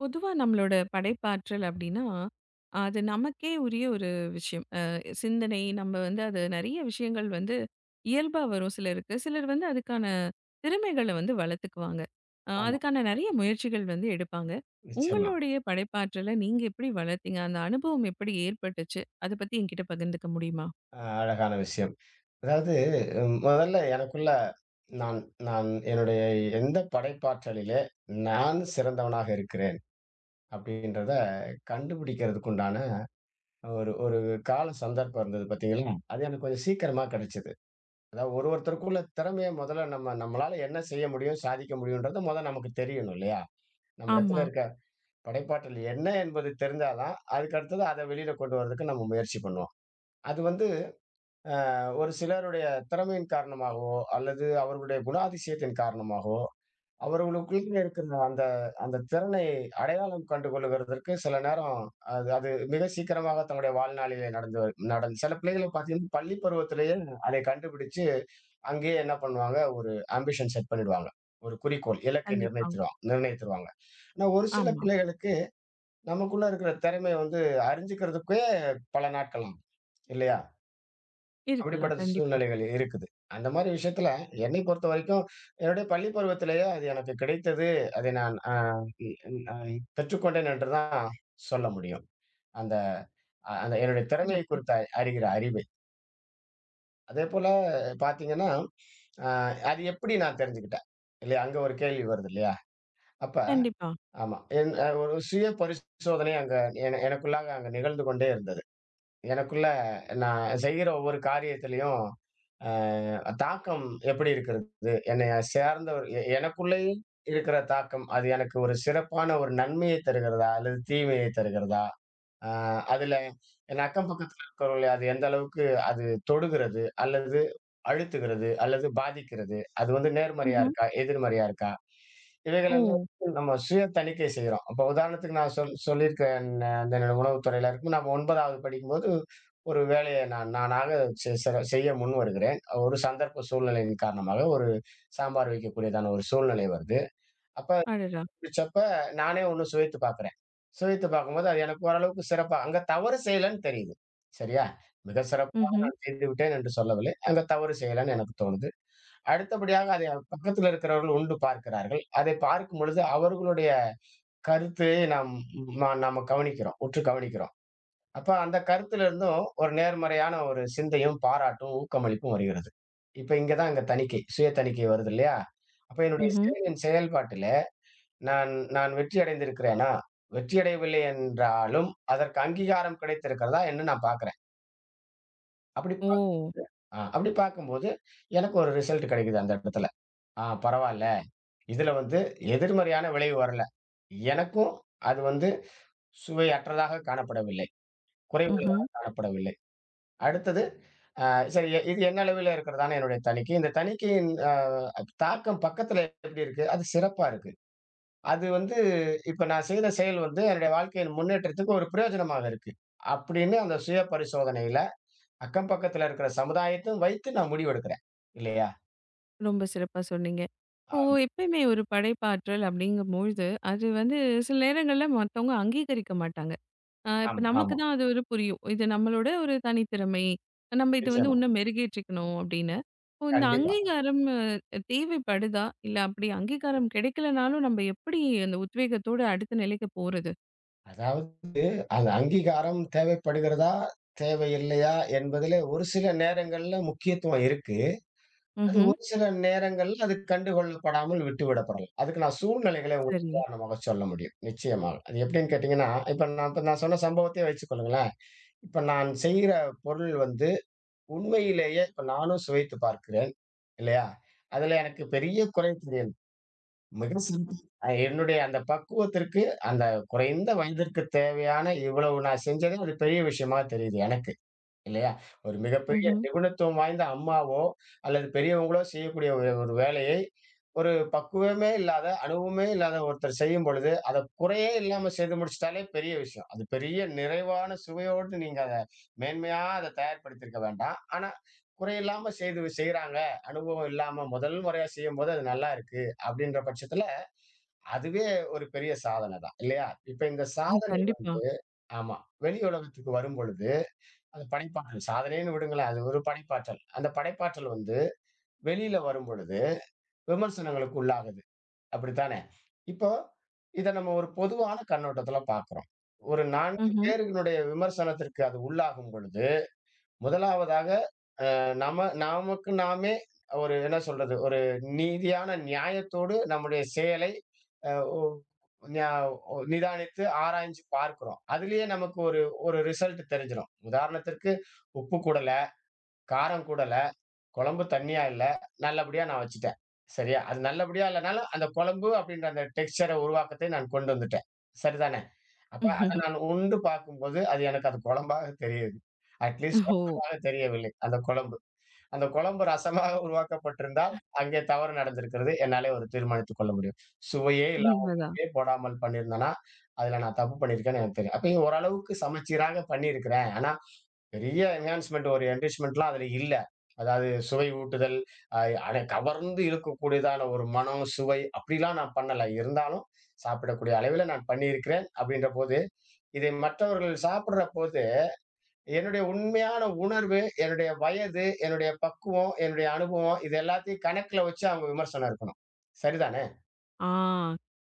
பொதுவா நம்மளோட படைப்பாற்றல் அப்படின்னா, அது நமக்கே உரிய ஒரு விஷயம். சிந்தனை நம்ம வந்து அது நெறைய விஷயங்கள் வந்து இயல்பா வரும் சிலருக்கு. சிலர் வந்து அதுக்கான திறமைகள வந்து வளர்த்துக்குவாங்க. ஆமா. அதுக்கான நெறைய முயற்சிகள் வந்து எடுப்பாங்க. நிச்சயமா. உங்களுடைய படைப்பாற்றல நீங்க எப்படி வளர்த்தீங்க? அந்த அனுபவம் எப்படி ஏற்பட்டுச்சு? அத பத்தி என்கிட்ட பகிர்ந்துக்க முடியுமா? அழகான விஷயம். அதாவது முதல்ல எனக்குள்ள நான் நான் என்னுடைய எந்த படைப்பாற்றலிலே நான் சிறந்தவனாக இருக்கிறேன் அப்படின்றத கண்டுபிடிக்கிறதுக்குண்டான ஒரு ஒரு கால சந்தர்ப்பம் இருந்தது பார்த்தீங்களா? அது எனக்கு கொஞ்சம் சீக்கிரமா கிடைச்சது. அதாவது ஒருத்தருக்குள்ள திறமைய முதல்ல நம்ம நம்மளால என்ன செய்ய முடியும், சாதிக்க முடியும்ன்றது மொத நமக்கு தெரியணும் இல்லையா? ஆமா. நம்மிடத்துல இருக்க படைப்பாற்றல் என்ன என்பது தெரிஞ்சா தான், அதுக்கு அடுத்தது அத வெளியில கொண்டு வர்றதுக்கு நம்ம முயற்சி பண்ணுவோம். அது வந்து ஒரு சிலருடைய திறமையின் காரணமாகவோ, அல்லது அவர்களுடைய குணாதிசயத்தின் காரணமாகவோ, அவர்களுக்குள்ள இருக்கிற அந்த அந்த திறனை அடையாளம் கண்டு கொள்ளுகிறதற்கு சில நேரம் அது அது மிக சீக்கிரமாக தங்களுடைய வாழ்நாளிலே நடந்து நடந்து சில பிள்ளைகள பார்த்தீங்கன்னா, பள்ளி பருவத்திலேயே அதை கண்டுபிடிச்சு, அங்கேயே என்ன பண்ணுவாங்க, ஒரு ஆம்பிஷன் செட் பண்ணிடுவாங்க. ஒரு குறிக்கோள், இலக்கை கண்டிப்பா. நிர்ணயித்துருவாங்க நிர்ணயித்துருவாங்க. ஆனா ஒரு சில ஆமா. பிள்ளைகளுக்கு, நமக்குள்ள இருக்கிற திறமைய வந்து அறிஞ்சுக்கிறதுக்கே பல நாட்கள் ஆகும். இல்லையா? அப்படிப்பட்ட இருக்கலாம். கண்டிப்பா. சூழ்நிலைகள் இருக்குது. அந்த மாரி விஷயத்துல என்னை பொறுத்தவரைக்கும், என்னுடைய பள்ளி பருவத்திலேயே அது எனக்கு கிடைத்தது. அதை நான் அ இ அ பெற்றுக்கொண்டேன் என்று தான் சொல்ல முடியும். அந்த அந்த என்னுடைய திறமையை சிறப்பு. குறித்த அறிகிற அறிவை. அதேபோல பார்த்தீங்கன்னா, அ அது எப்படி நான் தெரிஞ்சுக்கிட்டேன். இல்லையா? அங்க ஒரு கேள்வி வருது இல்லையா? அப்ப கண்டிப்பா. ஆமா. என் ஒரு சுய பரிசோதனை அங்க எனக்குள்ளாக அங்க நிகழ்ந்து கொண்டே இருந்தது. எனக்குள்ள நான் செய்யற ஒவ்வொரு காரியத்திலயும் தாக்கம் எப்படி இருக்கிறது? என்னைய சார்ந்தவர் எனக்குள்ளேயும் இருக்கிற தாக்கம், அது எனக்கு ஒரு சிறப்பான ஒரு நன்மையை தருகிறதா? அல்லது தீமையை தருகிறதா? அ அதுல என் அக்கம் பக்கத்துல இருக்கிறவர்களை அது எந்த அளவுக்கு அது தொடுகிறது, அல்லது அழுத்துகிறது, அல்லது பாதிக்கிறது, அது வந்து நேர்மறையா ம்ஹ்ம். இருக்கா? எதிர்மறையா இருக்கா? இவைகள் ஓ! எல்லாம் நம்ம சுய தணிக்கை செய்றோம். அப்ப உதாரணத்துக்கு நான் சொல்லியிருக்கேன் அந்த உணவுத்துறையில இருக்கும். நான் 9வது படிக்கும்போது ஒரு வேலையை நான் நானாக செ செ செய்ய முன் வருகிறேன். ஒரு சந்தர்ப்ப சூழ்நிலையின் காரணமாக ஒரு சாம்பார் வைக்கக்கூடியதான ஒரு சூழ்நிலை வருது. அப்ப அடடா! பிடிச்சப்ப நானே ஒண்ணு சுவைத்து பார்க்கிறேன். சுவைத்து பார்க்கும்போது, அது எனக்கு ஓரளவுக்கு சிறப்பா அங்க தவறு செய்யலன்னு தெரியுது. சரியா? மிக சிறப்பாக ம்ஹ்ம். நான் செய்து விட்டேன் என்று சொல்லவில்லை. அங்க தவறு செய்யலன்னு எனக்கு தோணுது. அடுத்தபடியாக அதை பக்கத்துல இருக்கிறவர்கள் உண்டு பார்க்கிறார்கள். அதை பார்க்கும்பொழுது அவர்களுடைய கருத்தை நாம் நாம கவனிக்கிறோம். உற்று கவனிக்கிறோம். அப்ப அந்த கருத்துல இருந்தும் ஒரு நேர்மறையான ஒரு சிந்தையும், பாராட்டும், ஊக்கமளிப்பும் வருகிறது. இப்ப இங்க தான் இங்க தணிக்கை. சுய தணிக்கை வருது இல்லையா? அப்ப என்னுடைய ம்ஹ்ம். செயலின் செயல்பாட்டில் நான் நான் வெற்றி அடைந்திருக்கிறேனா? வெற்றி அடையவில்லை என்றாலும், அதற்கு அங்கீகாரம் கிடைத்திருக்கிறதா என்று நான் பார்க்கிறேன். அப்படி பாக் ஓ! அ அப்படி பார்க்கும்போது, எனக்கு ஒரு ரிசல்ட் கிடைக்குது அந்த இடத்துல. ஆ பரவால்ல. இதுல வந்து எதிர்மறையான விளைவு வரல. எனக்கும் அது வந்து சுவையற்றதாக காணப்படவில்லை. ம்ஹ்ம். குறைவுள்ளதாக காணப்படவில்லை. அடுத்தது அ சரி இது என்ன அளவில இருக்கிறதான என்னுடைய தணிக்கை. இந்த தணிக்கையின் தாக்கம் பக்கத்துல எப்படி இருக்கு? அது சிறப்பா இருக்கு. அது வந்து இப்ப நான் செய்த செயல் வந்து என்னுடைய வாழ்க்கையின் முன்னேற்றத்துக்கு ஒரு பிரயோஜனமாக இருக்கு. அப்படின்னு அந்த சுய பரிசோதனையில அக்கம் பக்கத்துல இருக்கிற சமுதாயத்தையும் வைத்து நான் முடிவெடுக்கிறேன். இல்லையா? ரொம்ப சிறப்பா சொன்னீங்க. ஆ இப்போ எப்பயுமே ஒரு படைப்பாற்றல் அப்படிங்கும்பொழுது, அது வந்து சில நேரங்கள்ல மத்தவங்க அங்கீகரிக்க மாட்டாங்க. இப்ப ஆமா, நமக்கு ஆமா. தான் அது ஒரு புரியும். இது நம்மளோட ஒரு தனித்திறமை. நம்ம இத வந்து நிச்சயமா. இன்னும் மெருகேற்றிக்கணும் அப்படின்னு. இப்போ இந்த கண்டிப்பா. அங்கீகாரம் தேவைப்படுதா? இல்ல அப்படி அங்கீகாரம் கிடைக்கலனாலும் நம்ம எப்படி அந்த உத்வேகத்தோட அடுத்த நிலைக்கு போறது? அதாவது அது அங்கீகாரம் தேவைப்படுகிறதா? தேவையில்லையா? என்பதிலே ஒரு சில நேரங்கள்ல முக்கியத்துவம் இருக்கு. அது ம்ஹ்ம். ஒரு சில நேரங்கள்ல அது கண்டுகொள்ளப்படாமல் விட்டுவிடப்படலாம். அதுக்கு நான் சூழ்நிலைகளை உங்களுக்கு சரி. உதாரணமாக சொல்ல முடியும். நிச்சயமாக. அது எப்படின்னு கேட்டீங்கன்னா, இப்ப நான் சொன்ன சம்பவத்தையே வச்சுக்கொள்ளுங்களேன். இப்ப நான் செய்கிற பொருள் வந்து உண்மையிலேயே இப்ப நானும் சுவைத்து பார்க்கிறேன், இல்லையா? அதுல எனக்கு பெரிய குறை தெரியாது. மிக சிம்பிள். என்னுடைய அந்த பக்குவத்திற்கு, அந்த குறைந்த வயதிற்கு தேவையான இவ்வளவு நான் செஞ்சதே ஒரு பெரிய விஷயமா தெரியுது எனக்கு. இல்லையா? ஒரு மிகப்பெரிய ம்ஹ்ம். நிபுணத்துவம் வாய்ந்த அம்மாவோ, அல்லது பெரியவங்களோ செய்யக்கூடிய ஒரு ஒரு வேலையை, ஒரு பக்குவமே இல்லாத, அனுபவமே இல்லாத ஒருத்தர் செய்யும் பொழுது, அத குறையே இல்லாம செய்து முடிச்சுட்டாலே பெரிய விஷயம். அது பெரிய நிறைவான சுவையோடு நீங்க அத மேன்மையா அத தயார்படுத்தியிருக்க வேண்டாம். ஆனா, குறையில்லாம செய்து செய்றாங்க. அனுபவம் இல்லாம முதல் முறையா செய்யும்போது அது நல்லாயிருக்கு. அப்படின்ற பட்சத்துல, அதுவே ஒரு பெரிய சாதனை தான். இல்லையா? இப்ப இந்த சாதனை கண்டிப்பா. வந்து ஆமா. வெளி உலகத்துக்கு வரும்பொழுது அது படைப்பாற்றல். சாதனைன்னு விடுங்களேன். அது ஒரு படைப்பாற்றல். அந்த படைப்பாற்றல் வந்து வெளியில வரும்பொழுது விமர்சனங்களுக்கு உள்ளாகுது. அப்படித்தானே? இப்போ இத நம்ம ஒரு பொதுவான கண்ணோட்டத்துல பார்க்கிறோம். ஒரு 4 ம்ஹ்ம். பேரினுடைய விமர்சனத்திற்கு அது உள்ளாகும் பொழுது, முதலாவதாக நம்ம நமக்கு நாமே ஒரு என்ன சொல்றது? ஒரு நீதியான நியாயத்தோடு நம்முடைய செயலை அ ஒ நியா ஒ நிதானித்து ஆராய்ஞ்சு பார்க்கிறோம். அதிலேயே நமக்கு ஒரு ஒரு ரிசல்ட் தெரிஞ்சிரும். உதாரணத்திற்கு உப்பு கூடல, காரம் கூடல. குழம்பு தண்ணியா இல்ல. நல்லபடியா நான் வச்சுட்டேன். சரியா? அது நல்லபடியா இல்லனாலும், அந்த குழம்பு அப்படின்ற அந்த டெக்ஸ்சர உருவாக்கத்தை நான் கொண்டு வந்துட்டேன். சரிதானே? அப்ப அத நான் உண்டு பார்க்கும்போது, அது எனக்கு அது குழம்பாக தெரியுது. அட்லீஸ்ட் ஓ! ரசமாக தெரியவில்லை. அந்த குழம்பு. அந்த குழம்பு ரசமாக உருவாக்கப்பட்டிருந்தால், அங்கே தவறு நடந்திருக்கிறது. என்னாலே ஒரு தீர்மானித்துக் கொள்ள முடியும். சுவையே இல்லாம உண்மதான். உப்பே போடாமல் பண்ணியிருந்தேன்னா, அதுல நான் தப்பு பண்ணியிருக்கேன்னு எனக்கு தெரியும். அப்ப இங்க ஓரளவுக்கு சமச்சீராக பண்ணியிருக்கிறேன். ஆனா பெரிய என்ஹான்ஸ்மென்ட் ஒரு என்ரிச்மென்ட்லாம் அதுல இல்ல. அதாவது சுவை ஊட்டுதல், அ அட கவர்ந்து இழுக்கக்கூடியதான ஒரு மனம், சுவை அப்படிலாம் நான் பண்ணல. இருந்தாலும் சாப்பிடக்கூடிய அளவில நான் பண்ணியிருக்கிறேன். அப்படின்ற போது, இதை மற்றவர்கள் சாப்பிடுற போது, என்னுடைய உண்மையான உணர்வு, என்னுடைய வயது, என்னுடைய பக்குவம், என்னுடைய அனுபவம் இது எல்லாத்தையும் கணக்குல வச்சு அவங்க விமர்சனம் இருக்கணும். சரிதானே? ஆ.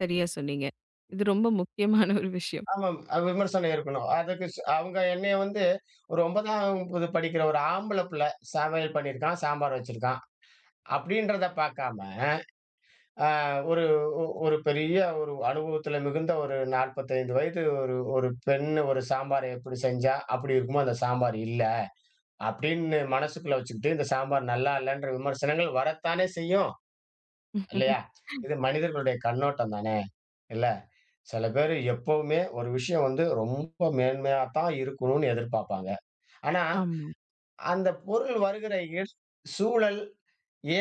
சரியா சொன்னீங்க. இது ரொம்ப முக்கியமான ஒரு விஷயம். ஆமாம். அது விமர்சனம் இருக்கணும். அதுக்கு அவங்க என்னைய வந்து ஒரு 9ஆம் வகுப்பு படிக்கிற ஒரு ஆம்பள புள்ள சமையல் பண்ணியிருக்கான், சாம்பார் வச்சிருக்கான். அப்படின்றத பார்க்காம, அ ஒரு ஒரு பெரிய ஒரு அனுபவத்துல மிகுந்த ஒரு 45 வயது ஒரு ஒரு பெண் ஒரு சாம்பார எப்படி செஞ்சா, அப்படி இருக்குமோ அந்த சாம்பார் இல்ல. அப்படின்னு மனசுக்குள்ள வச்சுக்கிட்டு, இந்த சாம்பார் நல்லா இல்லன்ற விமர்சனங்கள் வரத்தானே செய்யும். இல்லையா? இது மனிதர்களுடைய கண்ணோட்டம் தானே! இல்ல. சில பேரு எப்பவுமே ஒரு விஷயம் வந்து ரொம்ப மேன்மையா தான் இருக்கணும்னு எதிர்பார்ப்பாங்க. ஆனா, ஆமா. அந்த பொருள் வருகிற இட சூழல்,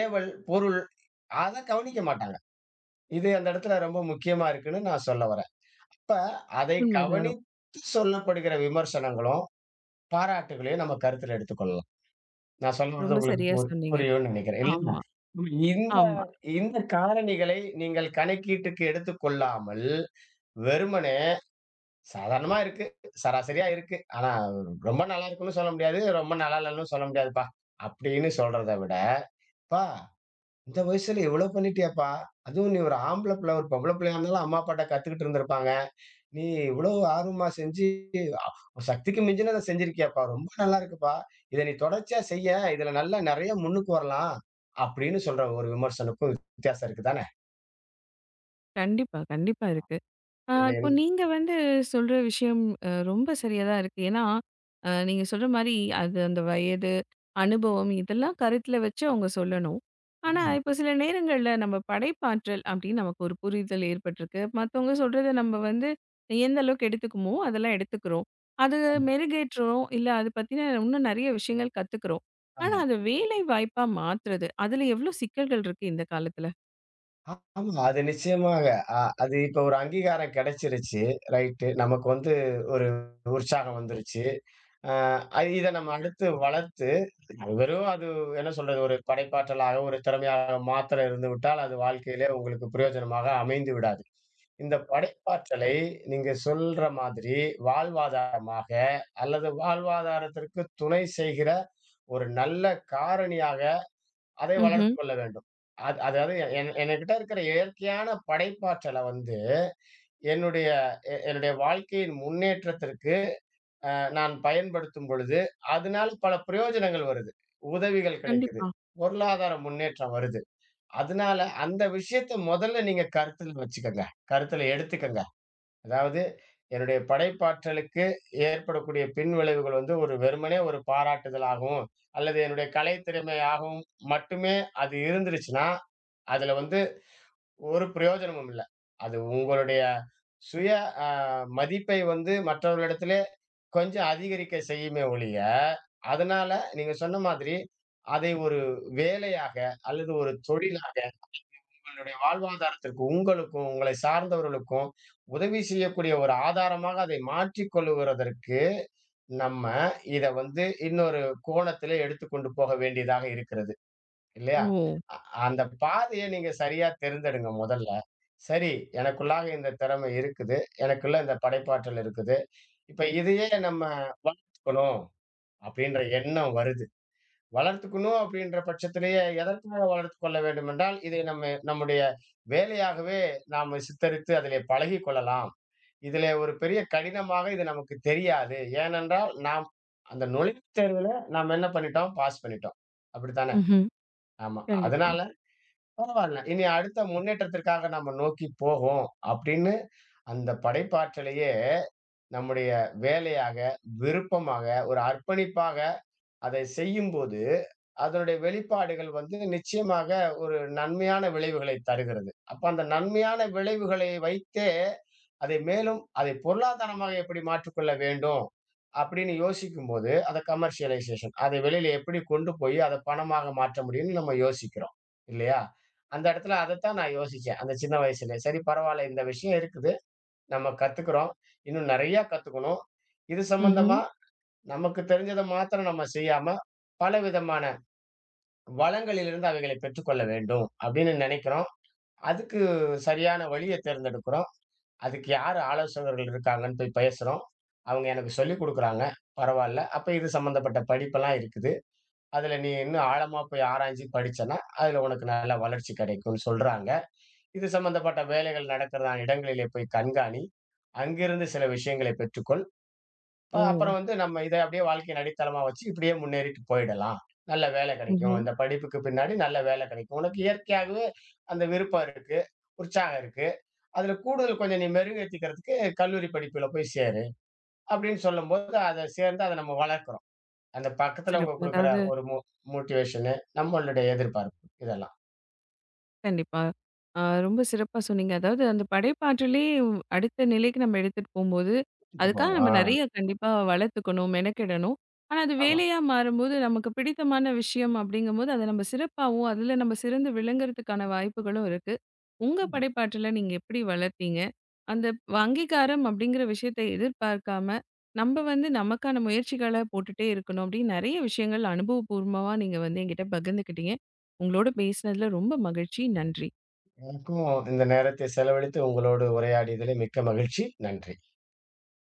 ஏவல், பொருள் அத கவனிக்க மாட்டாங்க. இது அந்த இடத்துல ரொம்ப முக்கியமா இருக்குன்னு நான் சொல்ல வரேன். இப்ப அதை உண்மதான். கவனித்து சொல்லப்படுகிற விமர்சனங்களும், பாராட்டுகளையும் நம்ம கருத்துல எடுத்துக்கொள்ளலாம். நான் சொல்ல வர்றது ரொம்ப உங்களுக்கு சரியா சொன்னீங்க. புரியும்னு நினைக்கிறேன். இல்லைங்களா? ஆமா, இந்த ஆமா. இந்த காரணிகளை நீங்கள் கணக்கீட்டுக்கு எடுத்துக்கொள்ளாமல், வெறுமனே சாதாரணமா இருக்கு, சராசரியா இருக்கு. ஆனா ரொம்ப நல்லா இருக்குன்னு சொல்ல முடியாது, ரொம்ப நல்லா இல்லன்னு சொல்ல முடியாதுப்பா. அப்படின்னு சொல்றத விட, "அப்பா இந்த வயசுல இவ்வளோ பண்ணிட்டியேப்பா! அதுவும் நீ ஒரு ஆம்பள பிள்ளை, ஒரு பொம்பள பிள்ளையா இருந்தாலும் அம்மா, அப்பாட்ட கத்துக்கிட்டு இருந்திருப்பாங்க." நீ இவ்வளவு ஆர்வமா செஞ்சு, சக்திக்கு மிஞ்சினத செஞ்சிருக்கியேப்பா! ரொம்ப நல்லா இருக்குப்பா. இத நீ தொடர்ச்சியா செய்ய, இதுல நல்லா நெறைய முன்னுக்கு வரலாம். அப்படின்னு சொல்ற ஒரு விமர்சனக்கும் வித்தியாசம் இருக்கு தானே! கண்டிப்பா, கண்டிப்பா இருக்கு. ஆ, இது இப்போ என் நீங்க வந்து சொல்ற விஷயம் ரொம்ப சரியா தான் இருக்கு. ஏன்னா, நீங்க சொல்ற மாரி அது அந்த வயது, அனுபவம் இதெல்லாம் கருத்துல வச்சு அவங்க சொல்லணும். ஆனா, ம். இப்போ சில நேரங்கள்ல நம்ம படைப்பாற்றல் அப்படின்னு நமக்கு ஒரு புரிதல் ஏற்பட்டிருக்கு. மத்தவங்க சொல்றத நம்ம வந்து எந்த அளவுக்கு எடுத்துக்குமோ அதெல்லாம் எடுத்துக்கிறோம். அது ம். மெருகேற்றுறோம், இல்ல அது பத்தின இன்னும் நிறைய விஷயங்கள் கத்துக்கிறோம். ஆனா, ஆமா. அது வேலை வாய்ப்பா மாத்துறது அதுல எவ்வளோ சிக்கல்கள் இருக்கு இந்த காலத்துல? ஆமா. அது நிச்சயமாக. அ அது இப்ப ஒரு அங்கீகாரம் கிடைச்சிருச்சு. ரைட்டு. நமக்கு வந்து ஒரு உற்சாகம் வந்துருச்சு. இத நம்ம அடுத்து வளர்த்து அது வெறும் அது என்ன சொல்றது? ஒரு படைப்பாற்றலாக, ஒரு திறமையாக மாத்திரம் இருந்து விட்டால், அது வாழ்க்கையிலே உங்களுக்கு பிரயோஜனமாக அமைந்து விடாது. இந்த படைப்பாற்றலை நீங்க சொல்ற மாதிரி வாழ்வாதாரமாக அல்லது வாழ்வாதாரத்திற்கு துணை செய்கிற ஒரு நல்ல காரணியாக அதை ம்ஹ்ம். வளர்த்துக் கொள்ள வேண்டும். அதாவது என்கிட்ட இருக்கிற இயற்கையான படைப்பாற்றல வந்து, என்னுடைய என்னுடைய வாழ்க்கையின் முன்னேற்றத்திற்கு நான் பயன்படுத்தும் பொழுது, அதனால பல பிரயோஜனங்கள் வருது. உதவிகள் கிடைக்குது. கண்டிப்பா. பொருளாதார முன்னேற்றம் வருது. அதனால அந்த விஷயத்த முதல்ல நீங்க கருத்துல வச்சுக்கங்க. கருத்துல எடுத்துக்கங்க. அதாவது என்னுடைய படைப்பாற்றலுக்கு ஏற்படக்கூடிய பின்விளைவுகள் வந்து ஒரு வெறுமனே ஒரு பாராட்டுதலாகவும், அல்லது என்னுடைய கலைத் திறமையாகவும் மட்டுமே அது இருந்துருச்சுன்னா, அதுல வந்து ஒரு பிரயோஜனமும் இல்ல. அது உங்களுடைய சுய அ மதிப்பை வந்து மற்றவர்களிடத்திலே கொஞ்சம் அதிகரிக்க செய்யுமே ஒழிய, அதனால நீங்க சொன்ன மாதிரி, அதை ஒரு வேலையாக அல்லது ஒரு தொழிலாக உங்களுடைய வாழ்வாதாரத்திற்கு உங்களுக்கும், உங்களை சார்ந்தவர்களுக்கும் உதவி செய்யக்கூடிய ஒரு ஆதாரமாக அதை மாற்றிக் கொள்ளுகிறதற்கு, நம்ம இத வந்து இன்னொரு கோணத்திலே எடுத்துக்கொண்டு போக வேண்டியதாக இருக்கிறது. இல்லையா? ஓ! அ அந்த பாதைய நீங்க சரியா தேர்ந்தெடுங்க முதல்ல. சரி, எனக்குள்ளாக இந்த திறமை இருக்குது. எனக்குள்ள இந்த படைப்பாற்றல் இருக்குது. இப்ப இதையே நம்ம வளர்த்துக்கணும். அப்படின்ற எண்ணம் வருது. வளர்த்துக்கணும் அப்படின்ற பட்சத்திலேயே எதற்காக வளர்த்துக் கொள்ள வேண்டும் என்றால், இதை நம்ம நம்முடைய வேலையாகவே நாம சித்தரித்து அதிலே பழகிக் கொள்ளலாம். இதிலே ஒரு பெரிய கடினமாக இது நமக்கு தெரியாது. ஏனென்றால், நாம் அந்த நுழைவுத் தேர்வில நாம் என்ன பண்ணிட்டோம்? பாஸ் பண்ணிட்டோம். அப்படித்தானே? ம்ஹ்ம். ஆமா. கண்டிப்பா. அதனால பரவால்ல. இனி அடுத்த முன்னேற்றத்திற்காக நம்ம நோக்கி போவோம் அப்படின்னு அந்த படைப்பாற்றலையே நம்முடைய வேலையாக, விருப்பமாக, ஒரு அர்ப்பணிப்பாக அதை செய்யும்போது அதனுடைய வெளிப்பாடுகள் வந்து நிச்சயமாக ஒரு நன்மையான விளைவுகளை தருகிறது. அப்ப அந்த நன்மையான விளைவுகளை வைத்தே, அதை மேலும் அதை பொருளாதாரமாக எப்படி மாற்றிக்கொள்ள வேண்டும்? அப்படின்னு யோசிக்கும்போது, அத கமர்ஷியலைசேஷன் அதை வெளியில எப்படி கொண்டு போய் அத பணமாக மாற்ற முடியும்னு நம்ம யோசிக்கிறோம். இல்லையா? அந்த இடத்துல அதத்தான் நான் யோசிச்சேன். அந்த சின்ன வயசுல. சரி பரவால்ல இந்த விஷயம் இருக்குது. நம்ம கத்துக்கிறோம். இன்னும் நெறையா கத்துக்கணும். இது ம்ஹ்ம். சம்பந்தமா நமக்கு தெரிஞ்சத மாத்திரம் நம்ம செய்யாம, பலவிதமான வளங்களிலிருந்து அவைகளை பெற்றுக்கொள்ள வேண்டும் அப்படின்னு நினைக்கிறோம். அதுக்கு சரியான வழிய தேர்ந்தெடுக்கிறோம். அதுக்கு யாரு ஆலோசகர்கள் இருக்காங்கன்னு போய் பேசுறோம். அவங்க எனக்கு சொல்லிக் குடுக்குறாங்க. பரவால்ல. அப்ப இது சம்பந்தப்பட்ட படிப்பெல்லாம் இருக்குது. அதுல நீ இன்னும் ஆழமா போய் ஆராய்ஞ்சு படிச்சன்னா, அதுல உனக்கு நல்ல வளர்ச்சி கிடைக்கும்னு சொல்றாங்க. இது சம்பந்தப்பட்ட வேலைகள் நடக்கிறதான இடங்களிலே போய் கண்காணி, அங்கிருந்து சில விஷயங்களை பெற்றுக்கொள். ஓ! அப்புறம் வந்து நம்ம இத அப்படியே வாழ்க்கை அடித்தளமா வச்சு இப்படியே முன்னேறிட்டு போயிடலாம். நல்ல வேலை கிடைக்கும். ம்ஹ்ம். இந்த படிப்புக்கு பின்னாடி நல்ல வேலை கிடைக்கும். உனக்கு இயற்கையாகவே அந்த விருப்பம் இருக்கு. உற்சாகம் இருக்கு. அதுல கூடுதல் கொஞ்சம் நீ மெருகேத்திக்கிறதுக்கு கல்லூரி படிப்புல போய் சேரு. அப்படின்னு சொல்லும்போது அத சேர்ந்து அத நம்ம வளர்க்கிறோம். அந்த பக்கத்துல அவங்க சிறப்பு. குடுக்குற அதாவது, ஒரு மோ மோட்டிவேஷனு, நம்மளுடைய எதிர்பார்ப்பு இதெல்லாம். கண்டிப்பா. ஆ, ரொம்ப சிறப்பா சொன்னீங்க. அதாவது அந்த படைப்பாற்றலே அடுத்த நிலைக்கு நம்ம எடுத்துட்டு போம்போது, விட்டு அதுக்காக போகணும். ஆ. நம்ம நெறைய கண்டிப்பா வளர்த்துக்கணும், மெனக்கெடணும். ஆனா அது ஆமா, வேலையா மாறும்போது, நமக்கு பிடித்தமான விஷயம் அப்படிங்கும்போது, அத நம்ம சிறப்பாவும், அதுல நம்ம சிறந்து விளங்குறதுக்கான வாய்ப்புகளும் இருக்கு. உங்க ஆமா. படைப்பாற்றல நீங்க எப்படி வளர்த்தீங்க? அந்த அங்கீகாரம் அப்படிங்கிற விஷயத்த எதிர்பார்க்காம, நம்ப வந்து நமக்கான முயற்சிகள போட்டுட்டே இருக்கணும் அப்படின்னு நெறைய விஷயங்கள் அனுபவபூர்வமா நீங்க வந்து என்கிட்ட பகிர்ந்துக்கிட்டீங்க. உங்களோட பேசினதுல ரொம்ப மகிழ்ச்சி. நன்றி. எனக்கும் இந்த நேரத்தை செலவழித்து உங்களோடு உரையாடியதிலே மிக்க மகிழ்ச்சி. நன்றி.